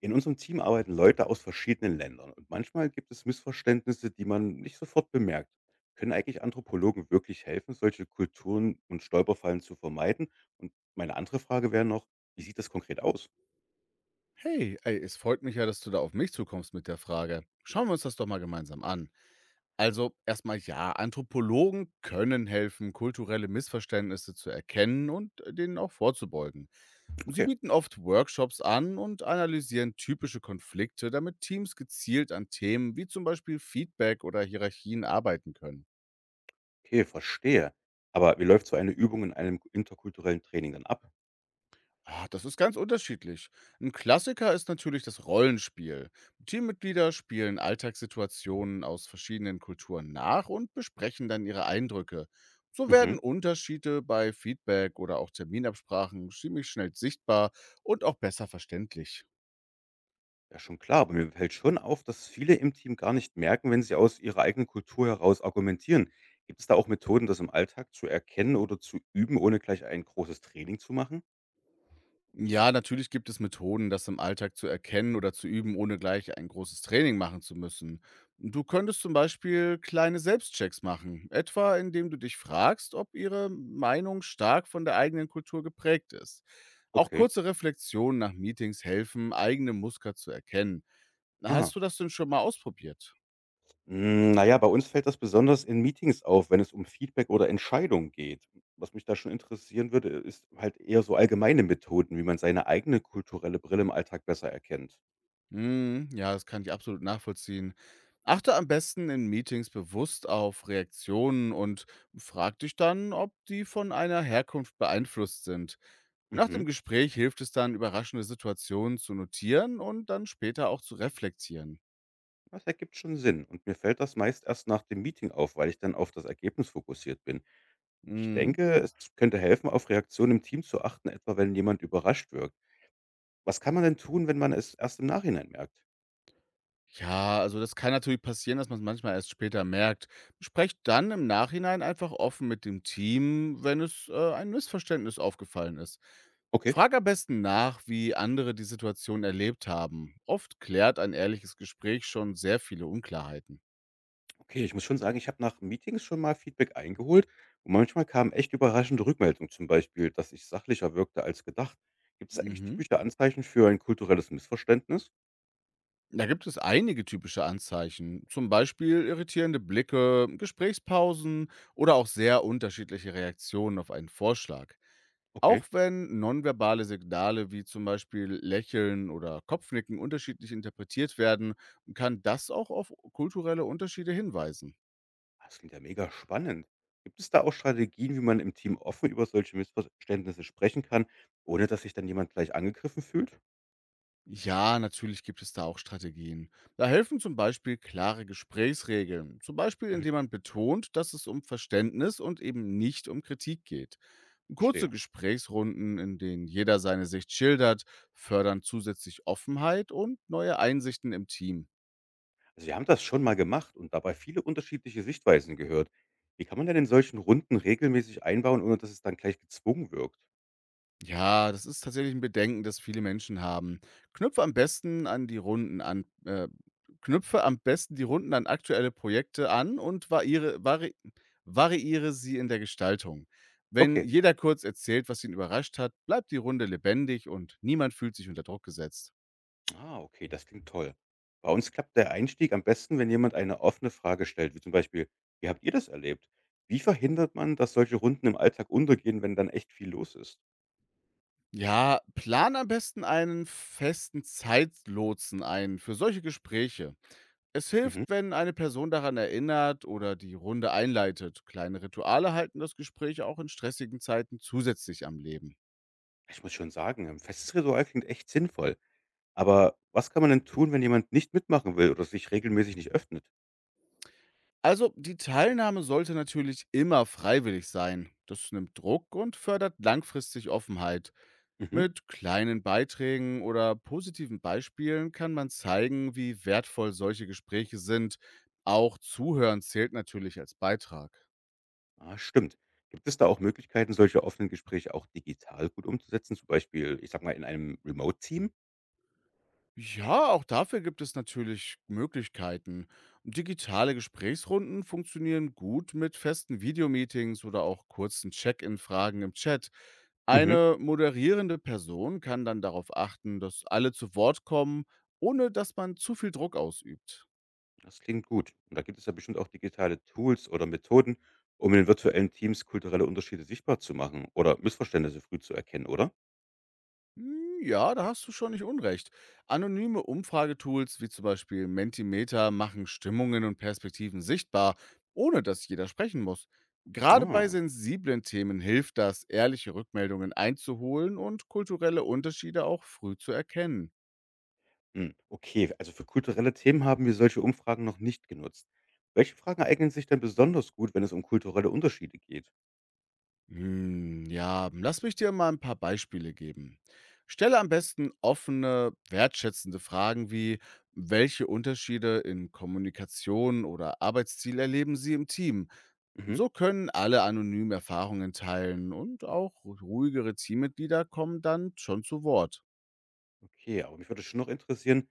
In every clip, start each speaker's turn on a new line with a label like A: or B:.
A: In unserem Team arbeiten Leute aus verschiedenen Ländern und manchmal gibt es Missverständnisse, die man nicht sofort bemerkt. Können eigentlich Anthropologen wirklich helfen, solche Kulturen und Stolperfallen zu vermeiden? Und meine andere Frage wäre noch, wie sieht das konkret aus?
B: Hey, ey, es freut mich ja, dass du da auf mich zukommst mit der Frage. Schauen wir uns das doch mal gemeinsam an. Also erstmal ja, Anthropologen können helfen, kulturelle Missverständnisse zu erkennen und denen auch vorzubeugen. Sie
A: Okay,
B: bieten oft Workshops an und analysieren typische Konflikte, damit Teams gezielt an Themen wie zum Beispiel Feedback oder Hierarchien arbeiten können.
A: okay, verstehe. Aber wie läuft so eine Übung in einem interkulturellen Training dann ab?
B: Ah, das ist ganz unterschiedlich. Ein Klassiker ist natürlich das Rollenspiel. Teammitglieder spielen Alltagssituationen aus verschiedenen Kulturen nach und besprechen dann ihre Eindrücke. So
A: Mhm.
B: werden Unterschiede bei Feedback oder auch Terminabsprachen ziemlich schnell sichtbar und auch besser verständlich.
A: Ja, schon klar, aber mir fällt schon auf, dass viele im Team gar nicht merken, wenn sie aus ihrer eigenen Kultur heraus argumentieren. Gibt es da auch Methoden, das im Alltag zu erkennen oder zu üben, ohne gleich ein großes Training zu machen?
B: Ja, natürlich gibt es Methoden, das im Alltag zu erkennen oder zu üben, ohne gleich ein großes Training machen zu müssen. Du könntest zum Beispiel kleine Selbstchecks machen, etwa indem du dich fragst, ob ihre Meinung stark von der eigenen Kultur geprägt ist. Auch
A: Okay.
B: kurze Reflexionen nach Meetings helfen, eigene Muster zu erkennen.
A: Aha.
B: Hast du das denn schon mal ausprobiert?
A: Hm, na ja, bei uns fällt das besonders in Meetings auf, wenn es um Feedback oder Entscheidungen geht. Was mich da schon interessieren würde, ist halt eher so allgemeine Methoden, wie man seine eigene kulturelle Brille im Alltag besser erkennt.
B: Mhm, ja, das kann ich absolut nachvollziehen. Achte am besten in Meetings bewusst auf Reaktionen und frag dich dann, ob die von einer Herkunft beeinflusst sind. Nach
A: Mhm.
B: dem Gespräch hilft es dann, überraschende Situationen zu notieren und dann später auch zu reflektieren.
A: Das ergibt schon Sinn. Und mir fällt das meist erst nach dem Meeting auf, weil ich dann auf das Ergebnis fokussiert bin. Ich
B: Mhm.
A: denke, es könnte helfen, auf Reaktionen im Team zu achten, etwa wenn jemand überrascht wirkt. Was kann man denn tun, wenn man es erst im Nachhinein merkt?
B: Ja, also das kann natürlich passieren, dass man es manchmal erst später merkt. Sprecht dann im Nachhinein einfach offen mit dem Team, wenn es, ein Missverständnis aufgefallen ist.
A: Okay.
B: Frag am besten nach, wie andere die Situation erlebt haben. Oft klärt ein ehrliches Gespräch schon sehr viele Unklarheiten.
A: Okay, ich muss schon sagen, ich habe nach Meetings schon mal Feedback eingeholt und manchmal kamen echt überraschende Rückmeldungen, zum Beispiel, dass ich sachlicher wirkte als gedacht. Gibt es eigentlich
B: Mhm.
A: typische Anzeichen für ein kulturelles Missverständnis?
B: Da gibt es einige typische Anzeichen, zum Beispiel irritierende Blicke, Gesprächspausen oder auch sehr unterschiedliche Reaktionen auf einen Vorschlag.
A: Okay.
B: Auch wenn nonverbale Signale wie zum Beispiel Lächeln oder Kopfnicken unterschiedlich interpretiert werden, kann das auch auf kulturelle Unterschiede hinweisen.
A: Ah, das klingt ja mega spannend. Gibt es da auch Strategien, wie man im Team offen über solche Missverständnisse sprechen kann, ohne dass sich dann jemand gleich angegriffen fühlt?
B: Ja, natürlich gibt es da auch Strategien. Da helfen zum Beispiel klare Gesprächsregeln, zum Beispiel
A: Mhm,
B: indem man betont, dass es um Verständnis und eben nicht um Kritik geht. Kurze
A: verstehe.
B: Gesprächsrunden, in denen jeder seine Sicht schildert, fördern zusätzlich Offenheit und neue Einsichten im Team.
A: Also wir haben das schon mal gemacht und dabei viele unterschiedliche Sichtweisen gehört. Wie kann man denn in solchen Runden regelmäßig einbauen, ohne dass es dann gleich gezwungen wirkt?
B: Ja, das ist tatsächlich ein Bedenken, das viele Menschen haben. Knüpfe am besten an die Runden an äh, Knüpfe am besten die Runden an aktuelle Projekte an und variere vari variiere sie in der Gestaltung. Wenn
A: Okay.
B: jeder kurz erzählt, was ihn überrascht hat, bleibt die Runde lebendig und niemand fühlt sich unter Druck gesetzt.
A: Ah, okay, das klingt toll. Bei uns klappt der Einstieg am besten, wenn jemand eine offene Frage stellt, wie zum Beispiel, wie habt ihr das erlebt? Wie verhindert man, dass solche Runden im Alltag untergehen, wenn dann echt viel los ist?
B: Ja, plan am besten einen festen Zeitlotsen ein für solche Gespräche. Es hilft,
A: Mhm.
B: wenn eine Person daran erinnert oder die Runde einleitet. Kleine Rituale halten das Gespräch auch in stressigen Zeiten zusätzlich am Leben.
A: Ich muss schon sagen, ein festes Ritual klingt echt sinnvoll. Aber was kann man denn tun, wenn jemand nicht mitmachen will oder sich regelmäßig nicht öffnet?
B: Also die Teilnahme sollte natürlich immer freiwillig sein. Das nimmt Druck und fördert langfristig Offenheit.
A: Mhm.
B: Mit kleinen Beiträgen oder positiven Beispielen kann man zeigen, wie wertvoll solche Gespräche sind. Auch Zuhören zählt natürlich als Beitrag.
A: Ah, stimmt. Gibt es da auch Möglichkeiten, solche offenen Gespräche auch digital gut umzusetzen? Zum Beispiel, ich sag mal, in einem Remote-Team?
B: Ja, auch dafür gibt es natürlich Möglichkeiten. Digitale Gesprächsrunden funktionieren gut mit festen Videomeetings oder auch kurzen Check-in-Fragen im Chat.
A: Mhm.
B: Eine moderierende Person kann dann darauf achten, dass alle zu Wort kommen, ohne dass man zu viel Druck ausübt.
A: Das klingt gut. Und da gibt es ja bestimmt auch digitale Tools oder Methoden, um in virtuellen Teams kulturelle Unterschiede sichtbar zu machen oder Missverständnisse früh zu erkennen, oder?
B: Hm, ja, da hast du schon nicht unrecht. Anonyme Umfragetools wie zum Beispiel Mentimeter machen Stimmungen und Perspektiven sichtbar, ohne dass jeder sprechen muss. Gerade bei
A: Ah,
B: sensiblen Themen hilft das, ehrliche Rückmeldungen einzuholen und kulturelle Unterschiede auch früh zu erkennen.
A: hm, okay. Also für kulturelle Themen haben wir solche Umfragen noch nicht genutzt. Welche Fragen eignen sich denn besonders gut, wenn es um kulturelle Unterschiede geht?
B: Hm, ja, lass mich dir mal ein paar Beispiele geben. Stelle am besten offene, wertschätzende Fragen wie, welche Unterschiede in Kommunikation oder Arbeitsziel erleben Sie im Team?
A: Mhm.
B: So können alle anonym Erfahrungen teilen und auch ruhigere Teammitglieder kommen dann schon zu Wort.
A: Okay, aber mich würde schon noch interessieren,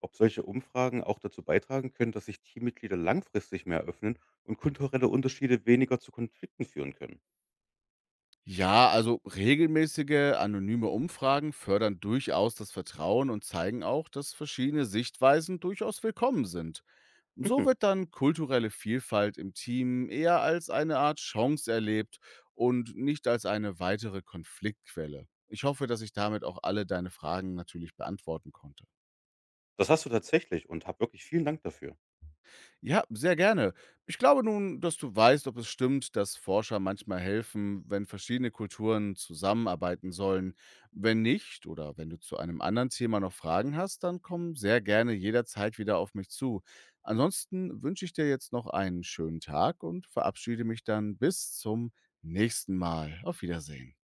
A: ob solche Umfragen auch dazu beitragen können, dass sich Teammitglieder langfristig mehr öffnen und kulturelle Unterschiede weniger zu Konflikten führen können.
B: Ja, also regelmäßige anonyme Umfragen fördern durchaus das Vertrauen und zeigen auch, dass verschiedene Sichtweisen durchaus willkommen sind. So
A: Mhm.
B: wird dann kulturelle Vielfalt im Team eher als eine Art Chance erlebt und nicht als eine weitere Konfliktquelle. Ich hoffe, dass ich damit auch alle deine Fragen natürlich beantworten konnte.
A: Das hast du tatsächlich und hab wirklich vielen Dank dafür.
B: Ja, sehr gerne. Ich glaube nun, dass du weißt, ob es stimmt, dass Forscher manchmal helfen, wenn verschiedene Kulturen zusammenarbeiten sollen. Wenn nicht oder wenn du zu einem anderen Thema noch Fragen hast, dann komm sehr gerne jederzeit wieder auf mich zu. Ansonsten wünsche ich dir jetzt noch einen schönen Tag und verabschiede mich dann bis zum nächsten Mal. Auf Wiedersehen.